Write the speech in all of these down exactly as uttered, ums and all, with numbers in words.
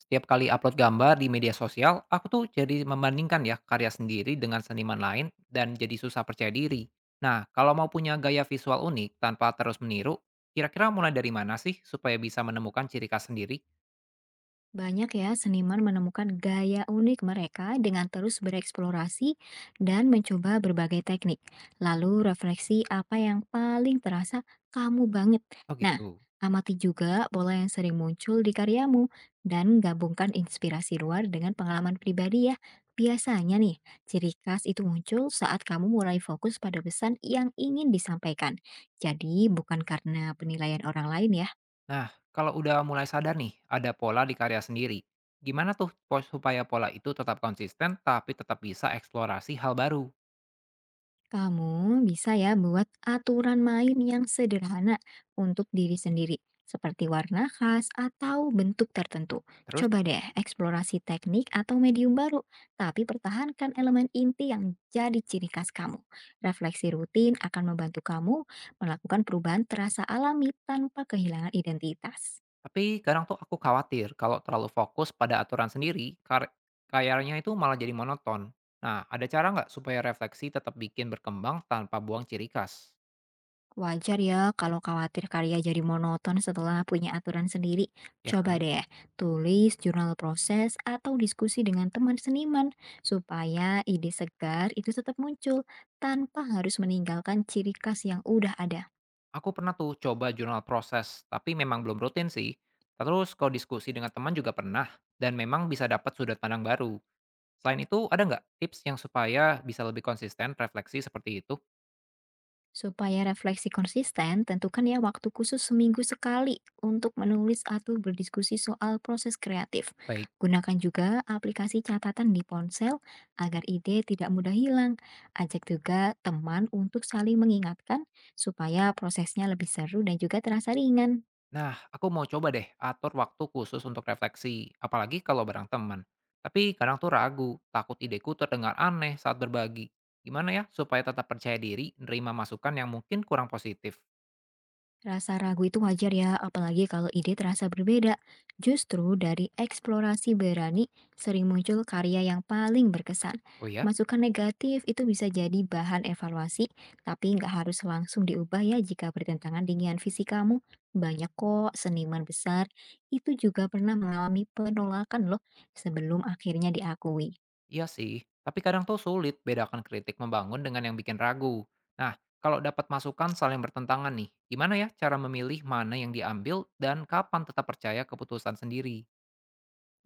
Setiap kali upload gambar di media sosial, aku tuh jadi membandingkan ya karya sendiri dengan seniman lain dan jadi susah percaya diri. Nah, kalau mau punya gaya visual unik tanpa terus meniru, kira-kira mulai dari mana sih supaya bisa menemukan ciri khas sendiri? Banyak ya seniman menemukan gaya unik mereka dengan terus bereksplorasi dan mencoba berbagai teknik. Lalu refleksi apa yang paling terasa kamu banget. Oh Nah, gitu. amati juga pola yang sering muncul di karyamu dan gabungkan inspirasi luar dengan pengalaman pribadi ya. Biasanya nih, ciri khas itu muncul saat kamu mulai fokus pada pesan yang ingin disampaikan. Jadi bukan karena penilaian orang lain ya. Nah, kalau udah mulai sadar nih, ada pola di karya sendiri. Gimana tuh po- supaya pola itu tetap konsisten tapi tetap bisa eksplorasi hal baru? Kamu bisa ya buat aturan main yang sederhana untuk diri sendiri, seperti warna khas atau bentuk tertentu. Terus. Coba deh eksplorasi teknik atau medium baru, tapi pertahankan elemen inti yang jadi ciri khas kamu. Refleksi rutin akan membantu kamu melakukan perubahan terasa alami tanpa kehilangan identitas. Tapi kadang tuh aku khawatir kalau terlalu fokus pada aturan sendiri, kar- karyanya itu malah jadi monoton. Nah, ada cara nggak supaya refleksi tetap bikin berkembang tanpa buang ciri khas? Wajar ya kalau khawatir karya jadi monoton setelah punya aturan sendiri. Ya Coba kan? deh, tulis jurnal proses atau diskusi dengan teman seniman supaya ide segar itu tetap muncul tanpa harus meninggalkan ciri khas yang udah ada. Aku pernah tuh coba jurnal proses, tapi memang belum rutin sih. Terus kalau diskusi dengan teman juga pernah, dan memang bisa dapat sudut pandang baru. Selain itu, ada nggak tips yang supaya bisa lebih konsisten refleksi seperti itu? Supaya refleksi konsisten, tentukan ya waktu khusus seminggu sekali untuk menulis atau berdiskusi soal proses kreatif. Baik. Gunakan juga aplikasi catatan di ponsel agar ide tidak mudah hilang. Ajak juga teman untuk saling mengingatkan supaya prosesnya lebih seru dan juga terasa ringan. Nah, aku mau coba deh atur waktu khusus untuk refleksi, apalagi kalau bareng teman. Tapi kadang tuh ragu, takut ideku terdengar aneh saat berbagi. Gimana ya supaya tetap percaya diri nerima masukan yang mungkin kurang positif? Rasa ragu itu wajar ya, apalagi kalau ide terasa berbeda. Justru dari eksplorasi berani sering muncul karya yang paling berkesan. Oh ya? Masukan negatif itu bisa jadi bahan evaluasi, tapi nggak harus langsung diubah ya jika bertentangan dengan visi kamu. Banyak kok seniman besar itu juga pernah mengalami penolakan loh sebelum akhirnya diakui. Iya sih, tapi kadang tuh sulit bedakan kritik membangun dengan yang bikin ragu. Nah, kalau dapat masukan saling bertentangan nih, gimana ya cara memilih mana yang diambil dan kapan tetap percaya keputusan sendiri?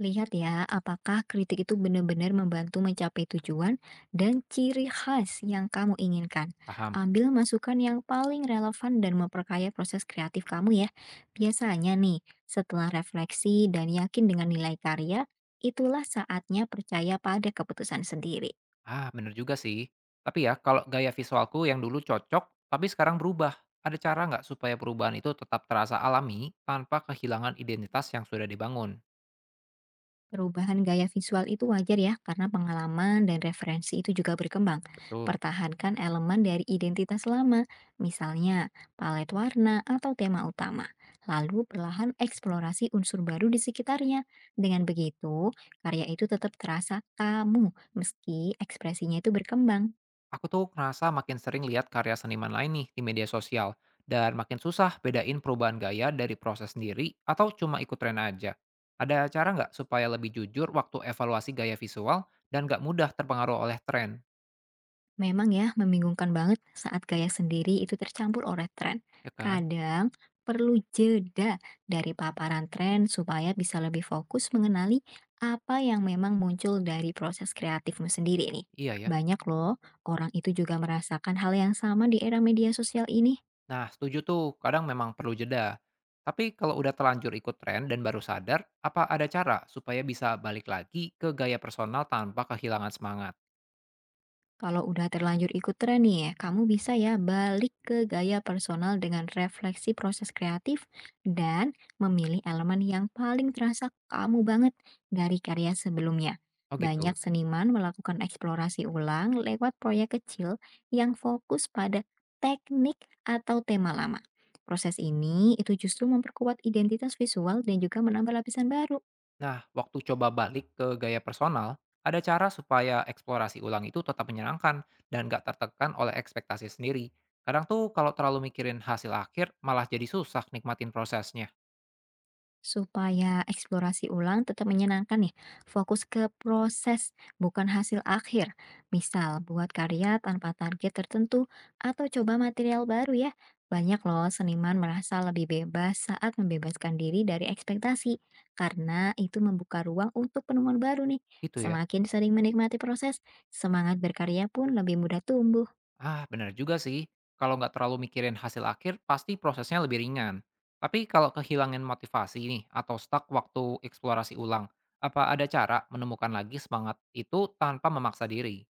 Lihat ya, apakah kritik itu benar-benar membantu mencapai tujuan dan ciri khas yang kamu inginkan. Paham? Ambil masukan yang paling relevan dan memperkaya proses kreatif kamu ya. Biasanya nih, setelah refleksi dan yakin dengan nilai karya, itulah saatnya percaya pada keputusan sendiri. Ah, bener juga sih. Tapi ya, kalau gaya visualku yang dulu cocok, tapi sekarang berubah, ada cara nggak supaya perubahan itu tetap terasa alami tanpa kehilangan identitas yang sudah dibangun? Perubahan gaya visual itu wajar ya, karena pengalaman dan referensi itu juga berkembang. Betul. Pertahankan elemen dari identitas lama, misalnya palet warna atau tema utama. Lalu perlahan eksplorasi unsur baru di sekitarnya. Dengan begitu, karya itu tetap terasa kamu meski ekspresinya itu berkembang. Aku tuh ngerasa makin sering lihat karya seniman lain nih di media sosial, dan makin susah bedain perubahan gaya dari proses sendiri atau cuma ikut tren aja. Ada cara nggak supaya lebih jujur waktu evaluasi gaya visual dan nggak mudah terpengaruh oleh tren? Memang ya, membingungkan banget saat gaya sendiri itu tercampur oleh tren. Ya kan? Kadang perlu jeda dari paparan tren supaya bisa lebih fokus mengenali apa yang memang muncul dari proses kreatifmu sendiri nih. Iya ya. Banyak loh, orang itu juga merasakan hal yang sama di era media sosial ini. Nah, setuju tuh, kadang memang perlu jeda. Tapi kalau udah telanjur ikut tren dan baru sadar, apa ada cara supaya bisa balik lagi ke gaya personal tanpa kehilangan semangat? Kalau udah terlanjur ikut tren nih, ya, kamu bisa ya balik ke gaya personal dengan refleksi proses kreatif dan memilih elemen yang paling terasa kamu banget dari karya sebelumnya. Oh gitu. Banyak seniman melakukan eksplorasi ulang lewat proyek kecil yang fokus pada teknik atau tema lama. Proses ini itu justru memperkuat identitas visual dan juga menambah lapisan baru. Nah, waktu coba balik ke gaya personal, ada cara supaya eksplorasi ulang itu tetap menyenangkan dan gak tertekan oleh ekspektasi sendiri. Kadang tuh kalau terlalu mikirin hasil akhir, malah jadi susah nikmatin prosesnya. Supaya eksplorasi ulang tetap menyenangkan nih, fokus ke proses, bukan hasil akhir. Misal, buat karya tanpa target tertentu atau coba material baru ya. Banyak loh seniman merasa lebih bebas saat membebaskan diri dari ekspektasi, karena itu membuka ruang untuk penemuan baru nih. Gitu ya. Semakin sering menikmati proses, semangat berkarya pun lebih mudah tumbuh. Ah, benar juga sih. Kalau nggak terlalu mikirin hasil akhir, pasti prosesnya lebih ringan. Tapi kalau kehilangan motivasi nih, atau stuck waktu eksplorasi ulang, apa ada cara menemukan lagi semangat itu tanpa memaksa diri?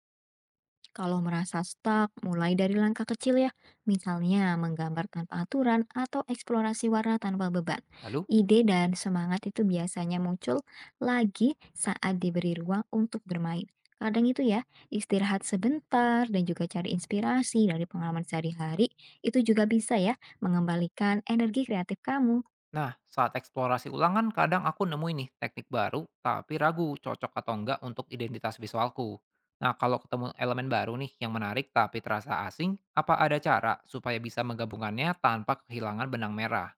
Kalau merasa stuck, mulai dari langkah kecil ya, misalnya menggambar tanpa aturan atau eksplorasi warna tanpa beban. Lalu, Ide dan semangat itu biasanya muncul lagi saat diberi ruang untuk bermain. Kadang itu ya, istirahat sebentar dan juga cari inspirasi dari pengalaman sehari-hari, itu juga bisa ya mengembalikan energi kreatif kamu. nah saat eksplorasi ulang kan kadang aku nemuin nih teknik baru, tapi ragu cocok atau enggak untuk identitas visualku. Nah kalau ketemu elemen baru nih yang menarik tapi terasa asing, apa ada cara supaya bisa menggabungkannya tanpa kehilangan benang merah?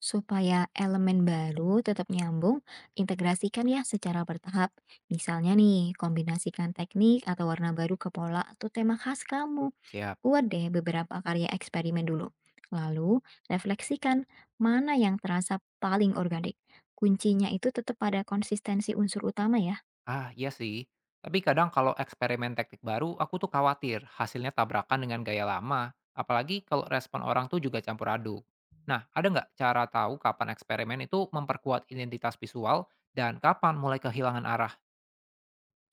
Supaya elemen baru tetap nyambung, integrasikan ya secara bertahap. Misalnya nih, kombinasikan teknik atau warna baru ke pola atau tema khas kamu. Siap. Buat deh beberapa karya eksperimen dulu. Lalu, refleksikan mana yang terasa paling organik. Kuncinya itu tetap pada konsistensi unsur utama ya. Ah, iya sih. Tapi kadang kalau eksperimen teknik baru, aku tuh khawatir hasilnya tabrakan dengan gaya lama. Apalagi kalau respon orang tuh juga campur aduk. Nah, ada nggak cara tahu kapan eksperimen itu memperkuat identitas visual dan kapan mulai kehilangan arah?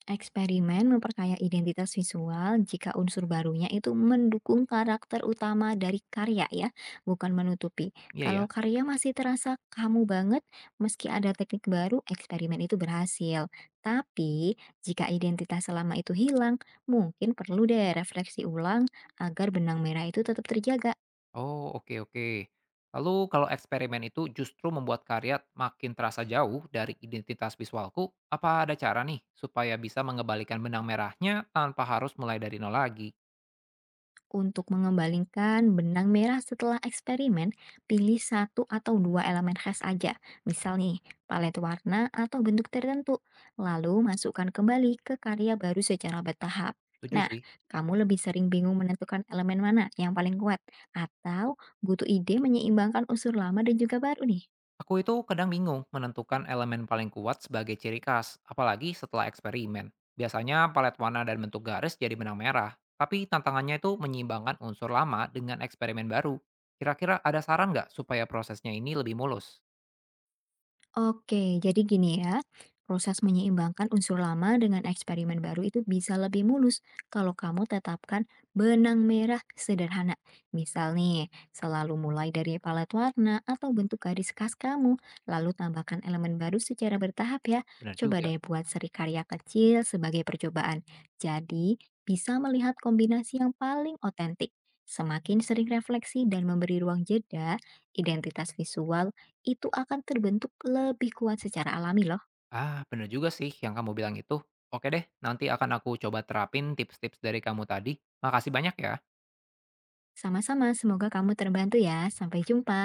Eksperimen memperkaya identitas visual jika unsur barunya itu mendukung karakter utama dari karya ya, bukan menutupi. Iya ya. Kalau karya masih terasa kamu banget, meski ada teknik baru, eksperimen itu berhasil. Tapi, jika identitas selama itu hilang, mungkin perlu deh refleksi ulang agar benang merah itu tetap terjaga. Oh, oke oke. Lalu kalau eksperimen itu justru membuat karya makin terasa jauh dari identitas visualku, apa ada cara nih supaya bisa mengembalikan benang merahnya tanpa harus mulai dari nol lagi? Untuk mengembalikan benang merah setelah eksperimen, pilih satu atau dua elemen khas aja, misal nih, palet warna atau bentuk tertentu, lalu masukkan kembali ke karya baru secara bertahap. Setuju Nah, sih. kamu lebih sering bingung menentukan elemen mana yang paling kuat, atau butuh ide menyeimbangkan unsur lama dan juga baru nih? Aku itu kadang bingung menentukan elemen paling kuat sebagai ciri khas, apalagi setelah eksperimen. Biasanya palet warna dan bentuk garis jadi benang merah, tapi tantangannya itu menyeimbangkan unsur lama dengan eksperimen baru. Kira-kira ada saran nggak supaya prosesnya ini lebih mulus? Oke, jadi gini ya, proses menyeimbangkan unsur lama dengan eksperimen baru itu bisa lebih mulus kalau kamu tetapkan benang merah sederhana. Misal nih, selalu mulai dari palet warna atau bentuk garis khas kamu, lalu tambahkan elemen baru secara bertahap ya. Bener Coba juga. deh buat seri karya kecil sebagai percobaan. Jadi, bisa melihat kombinasi yang paling otentik. Semakin sering refleksi dan memberi ruang jeda, identitas visual itu akan terbentuk lebih kuat secara alami loh. Ah, bener juga sih yang kamu bilang itu. Oke deh, nanti akan aku coba terapin tips-tips dari kamu tadi. Makasih banyak ya. Sama-sama, semoga kamu terbantu ya. Sampai jumpa.